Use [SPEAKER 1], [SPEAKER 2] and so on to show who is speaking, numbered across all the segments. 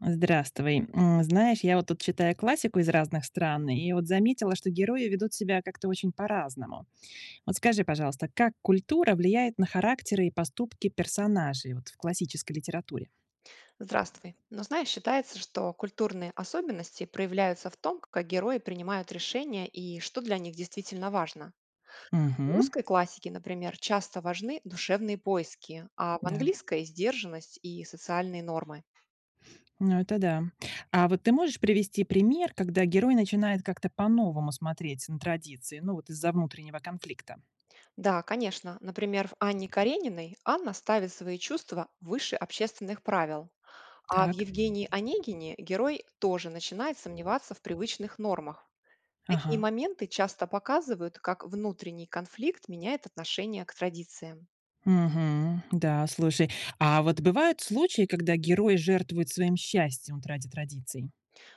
[SPEAKER 1] Здравствуй. Знаешь, я вот тут читаю классику из разных стран, и вот заметила, что герои ведут себя как-то очень по-разному. Вот скажи, пожалуйста, как культура влияет на характеры и поступки персонажей вот в классической литературе?
[SPEAKER 2] Здравствуй. Но знаешь, считается, что культурные особенности проявляются в том, как герои принимают решения и что для них действительно важно. В
[SPEAKER 1] Угу,
[SPEAKER 2] русской классике, например, часто важны душевные поиски, а в
[SPEAKER 1] да.
[SPEAKER 2] английской– сдержанность и социальные нормы.
[SPEAKER 1] Ну это да. А вот ты можешь привести пример, когда герой начинает как-то по-новому смотреть на традиции, ну вот из-за внутреннего конфликта?
[SPEAKER 2] Да, конечно, например, в Анне Карениной Анна ставит свои чувства выше общественных правил, а в
[SPEAKER 1] Так,
[SPEAKER 2] Евгении Онегине герой тоже начинает сомневаться в привычных нормах.
[SPEAKER 1] ага.
[SPEAKER 2] Такие моменты часто показывают, как внутренний конфликт меняет отношение к традициям.
[SPEAKER 1] Угу, да, слушай. А вот бывают случаи, когда герои жертвуют своим счастьем вот ради традиций?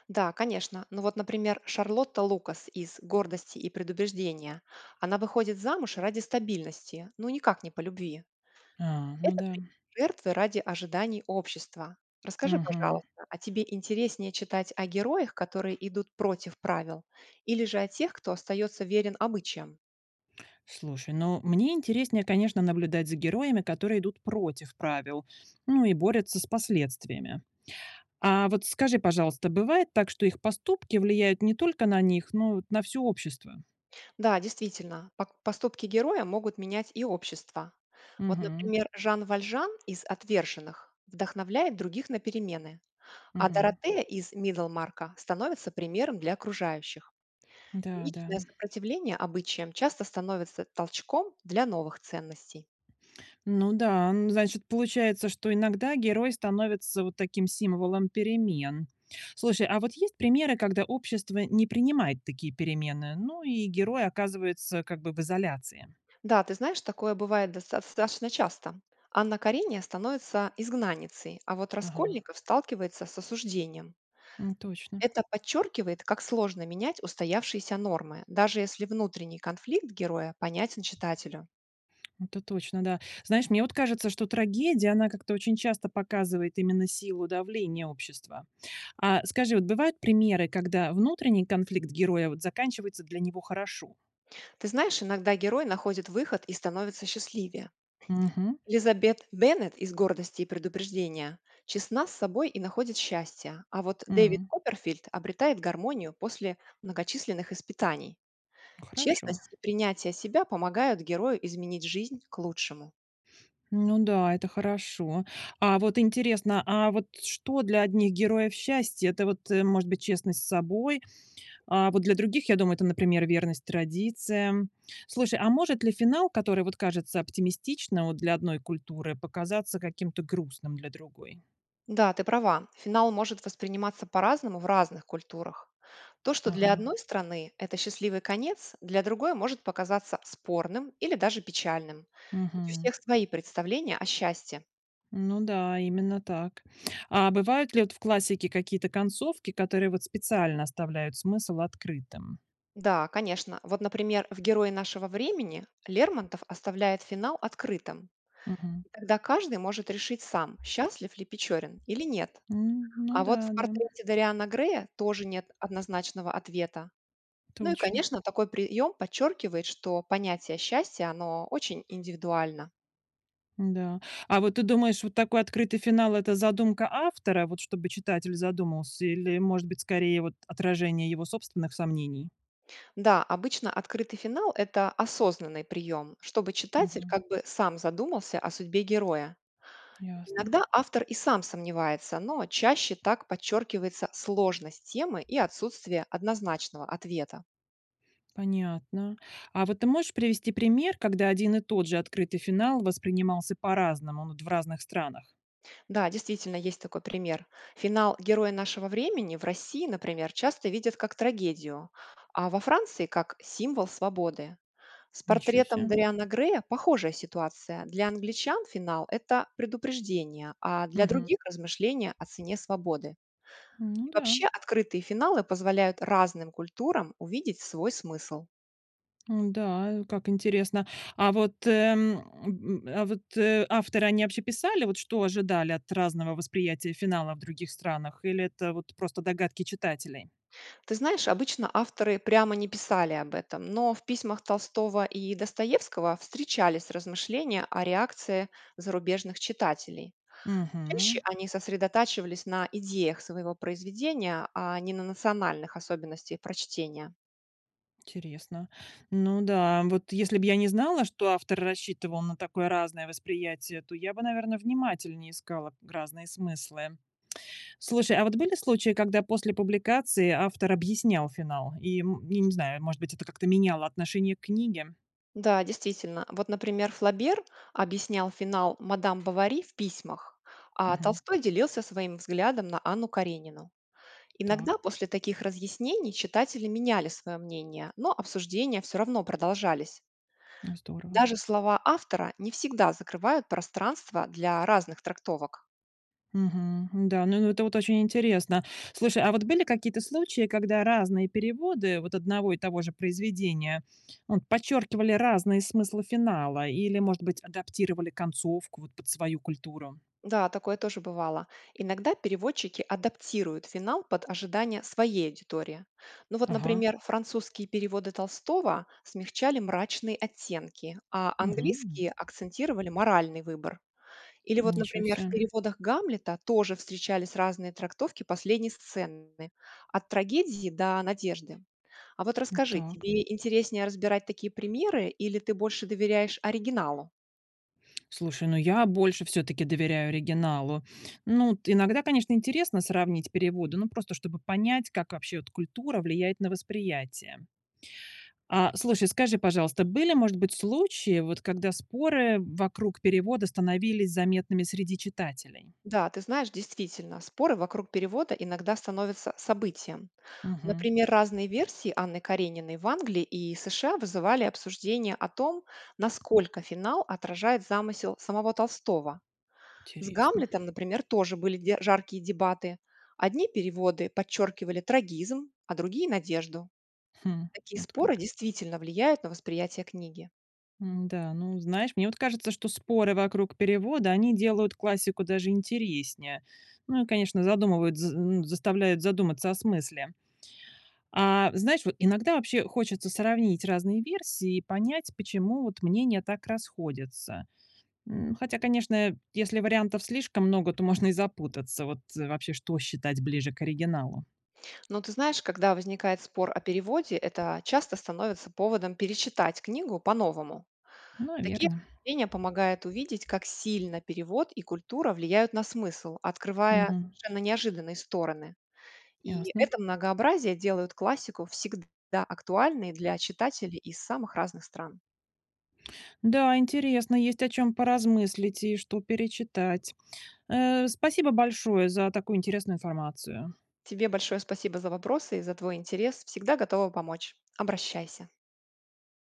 [SPEAKER 2] Да, конечно. Ну вот, например, Шарлотта Лукас из «Гордости и предубеждения». Она выходит замуж ради стабильности, ну никак не по любви.
[SPEAKER 1] А, ну
[SPEAKER 2] Это
[SPEAKER 1] да.
[SPEAKER 2] пример жертвы ради ожиданий общества. Расскажи,
[SPEAKER 1] Мгм.
[SPEAKER 2] пожалуйста, а тебе интереснее читать о героях, которые идут против правил, или же о тех, кто остается верен обычаям?
[SPEAKER 1] Слушай, ну мне интереснее, конечно, наблюдать за героями, которые идут против правил, ну и борются с последствиями. А вот скажи, пожалуйста, бывает так, что их поступки влияют не только на них, но вот на все общество?
[SPEAKER 2] Да, действительно, поступки героя могут менять и общество. Вот,
[SPEAKER 1] Угу,
[SPEAKER 2] например, Жан Вальжан из «Отверженных» вдохновляет других на перемены, а
[SPEAKER 1] угу.
[SPEAKER 2] Доротея из «Мидлмарка» становится примером для окружающих.
[SPEAKER 1] Да, да.
[SPEAKER 2] Личное сопротивление обычаям часто становится толчком для новых ценностей.
[SPEAKER 1] Ну да, ну, значит, получается, что иногда герой становится вот таким символом перемен. Слушай, а вот есть примеры, когда общество не принимает такие перемены, ну и герой оказывается как бы в изоляции?
[SPEAKER 2] Да, ты знаешь, такое бывает достаточно часто. Анна Каренина становится изгнанницей, а вот
[SPEAKER 1] Ага,
[SPEAKER 2] Раскольников сталкивается с осуждением.
[SPEAKER 1] м, точно.
[SPEAKER 2] Это подчеркивает, как сложно менять устоявшиеся нормы, даже если внутренний конфликт героя понятен читателю.
[SPEAKER 1] Это точно, да. Знаешь, мне вот кажется, что трагедия, она как-то очень часто показывает именно силу давления общества. А скажи, вот бывают примеры, когда внутренний конфликт героя вот заканчивается для него хорошо?
[SPEAKER 2] Ты знаешь, иногда герой находит выход и становится счастливее.
[SPEAKER 1] Мгм.
[SPEAKER 2] Элизабет Беннет из «Гордости и предупреждения» честна с собой и находит счастье, а вот Дэвид
[SPEAKER 1] М,
[SPEAKER 2] Копперфильд обретает гармонию после многочисленных испытаний.
[SPEAKER 1] Хорошо.
[SPEAKER 2] Честность и принятие себя помогают герою изменить жизнь к лучшему.
[SPEAKER 1] Ну да, это хорошо. А вот интересно, а вот что для одних героев счастье? Это вот, может быть, честность с собой. А вот для других, я думаю, это, например, верность традициям. Слушай, а может ли финал, который вот кажется оптимистичным вот для одной культуры, показаться каким-то грустным для другой?
[SPEAKER 2] Да, ты права. Финал может восприниматься по-разному в разных культурах. То, что для
[SPEAKER 1] Ага.
[SPEAKER 2] одной страны это счастливый конец, для другой может показаться спорным или даже печальным.
[SPEAKER 1] Мгм.
[SPEAKER 2] Ведь у всех свои представления о счастье.
[SPEAKER 1] Ну да, именно так. А бывают ли вот в классике какие-то концовки, которые вот специально оставляют смысл открытым?
[SPEAKER 2] Да, конечно. Вот, например, в «Герое нашего времени» Лермонтов оставляет финал открытым.
[SPEAKER 1] Мгм.
[SPEAKER 2] Тогда каждый может решить сам, счастлив ли Печорин или нет.
[SPEAKER 1] Ну
[SPEAKER 2] А
[SPEAKER 1] да,
[SPEAKER 2] вот в
[SPEAKER 1] да,
[SPEAKER 2] портрете Дариана Грея тоже нет однозначного ответа. Ну и,
[SPEAKER 1] точно.
[SPEAKER 2] конечно, такой прием подчеркивает, что понятие счастья, оно очень индивидуально.
[SPEAKER 1] Да. А вот ты думаешь, вот такой открытый финал — это задумка автора, вот чтобы читатель задумался, или, может быть, скорее вот отражение его собственных сомнений?
[SPEAKER 2] Да, обычно открытый финал– это осознанный прием, чтобы читатель
[SPEAKER 1] Мгм.
[SPEAKER 2] как бы сам задумался о судьбе героя.
[SPEAKER 1] Ясно.
[SPEAKER 2] Иногда автор и сам сомневается, но чаще так подчеркивается сложность темы и отсутствие однозначного ответа.
[SPEAKER 1] Понятно. А вот ты можешь привести пример, когда один и тот же открытый финал воспринимался по-разному, ну, вот в разных странах?
[SPEAKER 2] Да, действительно, есть такой пример. Финал «Герои нашего времени» в России, например, часто видят как трагедию, а во Франции– как символ свободы. С
[SPEAKER 1] Ничего
[SPEAKER 2] портретом
[SPEAKER 1] себе.
[SPEAKER 2] Дариана Грея похожая ситуация. Для англичан финал– это предупреждение, а для
[SPEAKER 1] Мгм.
[SPEAKER 2] других– размышления о цене свободы.
[SPEAKER 1] Ну
[SPEAKER 2] И
[SPEAKER 1] да.
[SPEAKER 2] вообще открытые финалы позволяют разным культурам увидеть свой смысл.
[SPEAKER 1] Да, как интересно. А вот, авторы, они вообще писали, вот что ожидали от разного восприятия финала в других странах, или это вот просто догадки читателей?
[SPEAKER 2] Ты знаешь, обычно авторы прямо не писали об этом, но в письмах Толстого и Достоевского встречались размышления о реакции зарубежных читателей. Чаще
[SPEAKER 1] Мгм.
[SPEAKER 2] они сосредотачивались на идеях своего произведения, а не на национальных особенностях прочтения.
[SPEAKER 1] Интересно. Ну да, вот если бы я не знала, что автор рассчитывал на такое разное восприятие, то я бы, наверное, внимательнее искала разные смыслы. Слушай, а вот были случаи, когда после публикации автор объяснял финал? И, я не знаю, может быть, это как-то меняло отношение к книге?
[SPEAKER 2] Да, действительно. Вот, например, Флабер объяснял финал «Мадам Бавари» в письмах, а
[SPEAKER 1] Мгм.
[SPEAKER 2] Толстой делился своим взглядом на Анну Каренину. Иногда
[SPEAKER 1] Так,
[SPEAKER 2] после таких разъяснений читатели меняли свое мнение, но обсуждения все равно продолжались.
[SPEAKER 1] ну здорово.
[SPEAKER 2] Даже слова автора не всегда закрывают пространство для разных трактовок.
[SPEAKER 1] Мгм. Да, ну это вот очень интересно. Слушай, а вот были какие-то случаи, когда разные переводы вот одного и того же произведения, ну, подчеркивали разные смыслы финала или, может быть, адаптировали концовку вот под свою культуру?
[SPEAKER 2] Да, такое тоже бывало. Иногда переводчики адаптируют финал под ожидания своей аудитории. Ну вот,
[SPEAKER 1] Ага.
[SPEAKER 2] например, французские переводы Толстого смягчали мрачные оттенки, а
[SPEAKER 1] Мгм.
[SPEAKER 2] английские акцентировали моральный выбор. Или вот,
[SPEAKER 1] Ничего
[SPEAKER 2] например, в
[SPEAKER 1] себе.
[SPEAKER 2] переводах Гамлета тоже встречались разные трактовки последней сцены, от трагедии до надежды. А вот расскажи,
[SPEAKER 1] Так.
[SPEAKER 2] тебе интереснее разбирать такие примеры или ты больше доверяешь оригиналу?
[SPEAKER 1] Слушай, ну я больше все-таки доверяю оригиналу. Ну, иногда, конечно, интересно сравнить переводы, ну просто чтобы понять, как вообще вот культура влияет на восприятие. А, слушай, скажи, пожалуйста, были, может быть, случаи, вот когда споры вокруг перевода становились заметными среди читателей?
[SPEAKER 2] Да, ты знаешь, действительно, споры вокруг перевода иногда становятся событием.
[SPEAKER 1] Мгм.
[SPEAKER 2] Например, разные версии Анны Карениной в Англии и США вызывали обсуждение о том, насколько финал отражает замысел самого Толстого. С
[SPEAKER 1] Интересно.
[SPEAKER 2] Гамлетом, например, тоже были жаркие дебаты. Одни переводы подчеркивали трагизм, а другие– надежду.
[SPEAKER 1] Хм,
[SPEAKER 2] Такие
[SPEAKER 1] вот
[SPEAKER 2] споры
[SPEAKER 1] как.
[SPEAKER 2] действительно влияют на восприятие книги.
[SPEAKER 1] Да, ну, знаешь, мне вот кажется, что споры вокруг перевода, они делают классику даже интереснее. Ну и, конечно, заставляют задуматься о смысле. А знаешь, вот иногда вообще хочется сравнить разные версии и понять, почему вот мнения так расходятся. Хотя, конечно, если вариантов слишком много, то можно и запутаться. Вот, вообще, что считать ближе к оригиналу?
[SPEAKER 2] Но ты знаешь, когда возникает спор о переводе, это часто становится поводом перечитать книгу по-новому. Такие
[SPEAKER 1] Наверно.
[SPEAKER 2] обсуждения помогают увидеть, как сильно перевод и культура влияют на смысл, открывая
[SPEAKER 1] Мгм.
[SPEAKER 2] совершенно неожиданные стороны. И
[SPEAKER 1] Ясно.
[SPEAKER 2] это многообразие делают классику всегда актуальной для читателей из самых разных стран.
[SPEAKER 1] Да, интересно, есть о чем поразмыслить и что перечитать. Спасибо большое за такую интересную информацию.
[SPEAKER 2] Тебе большое спасибо за вопросы и за твой интерес. Всегда готова помочь. Обращайся.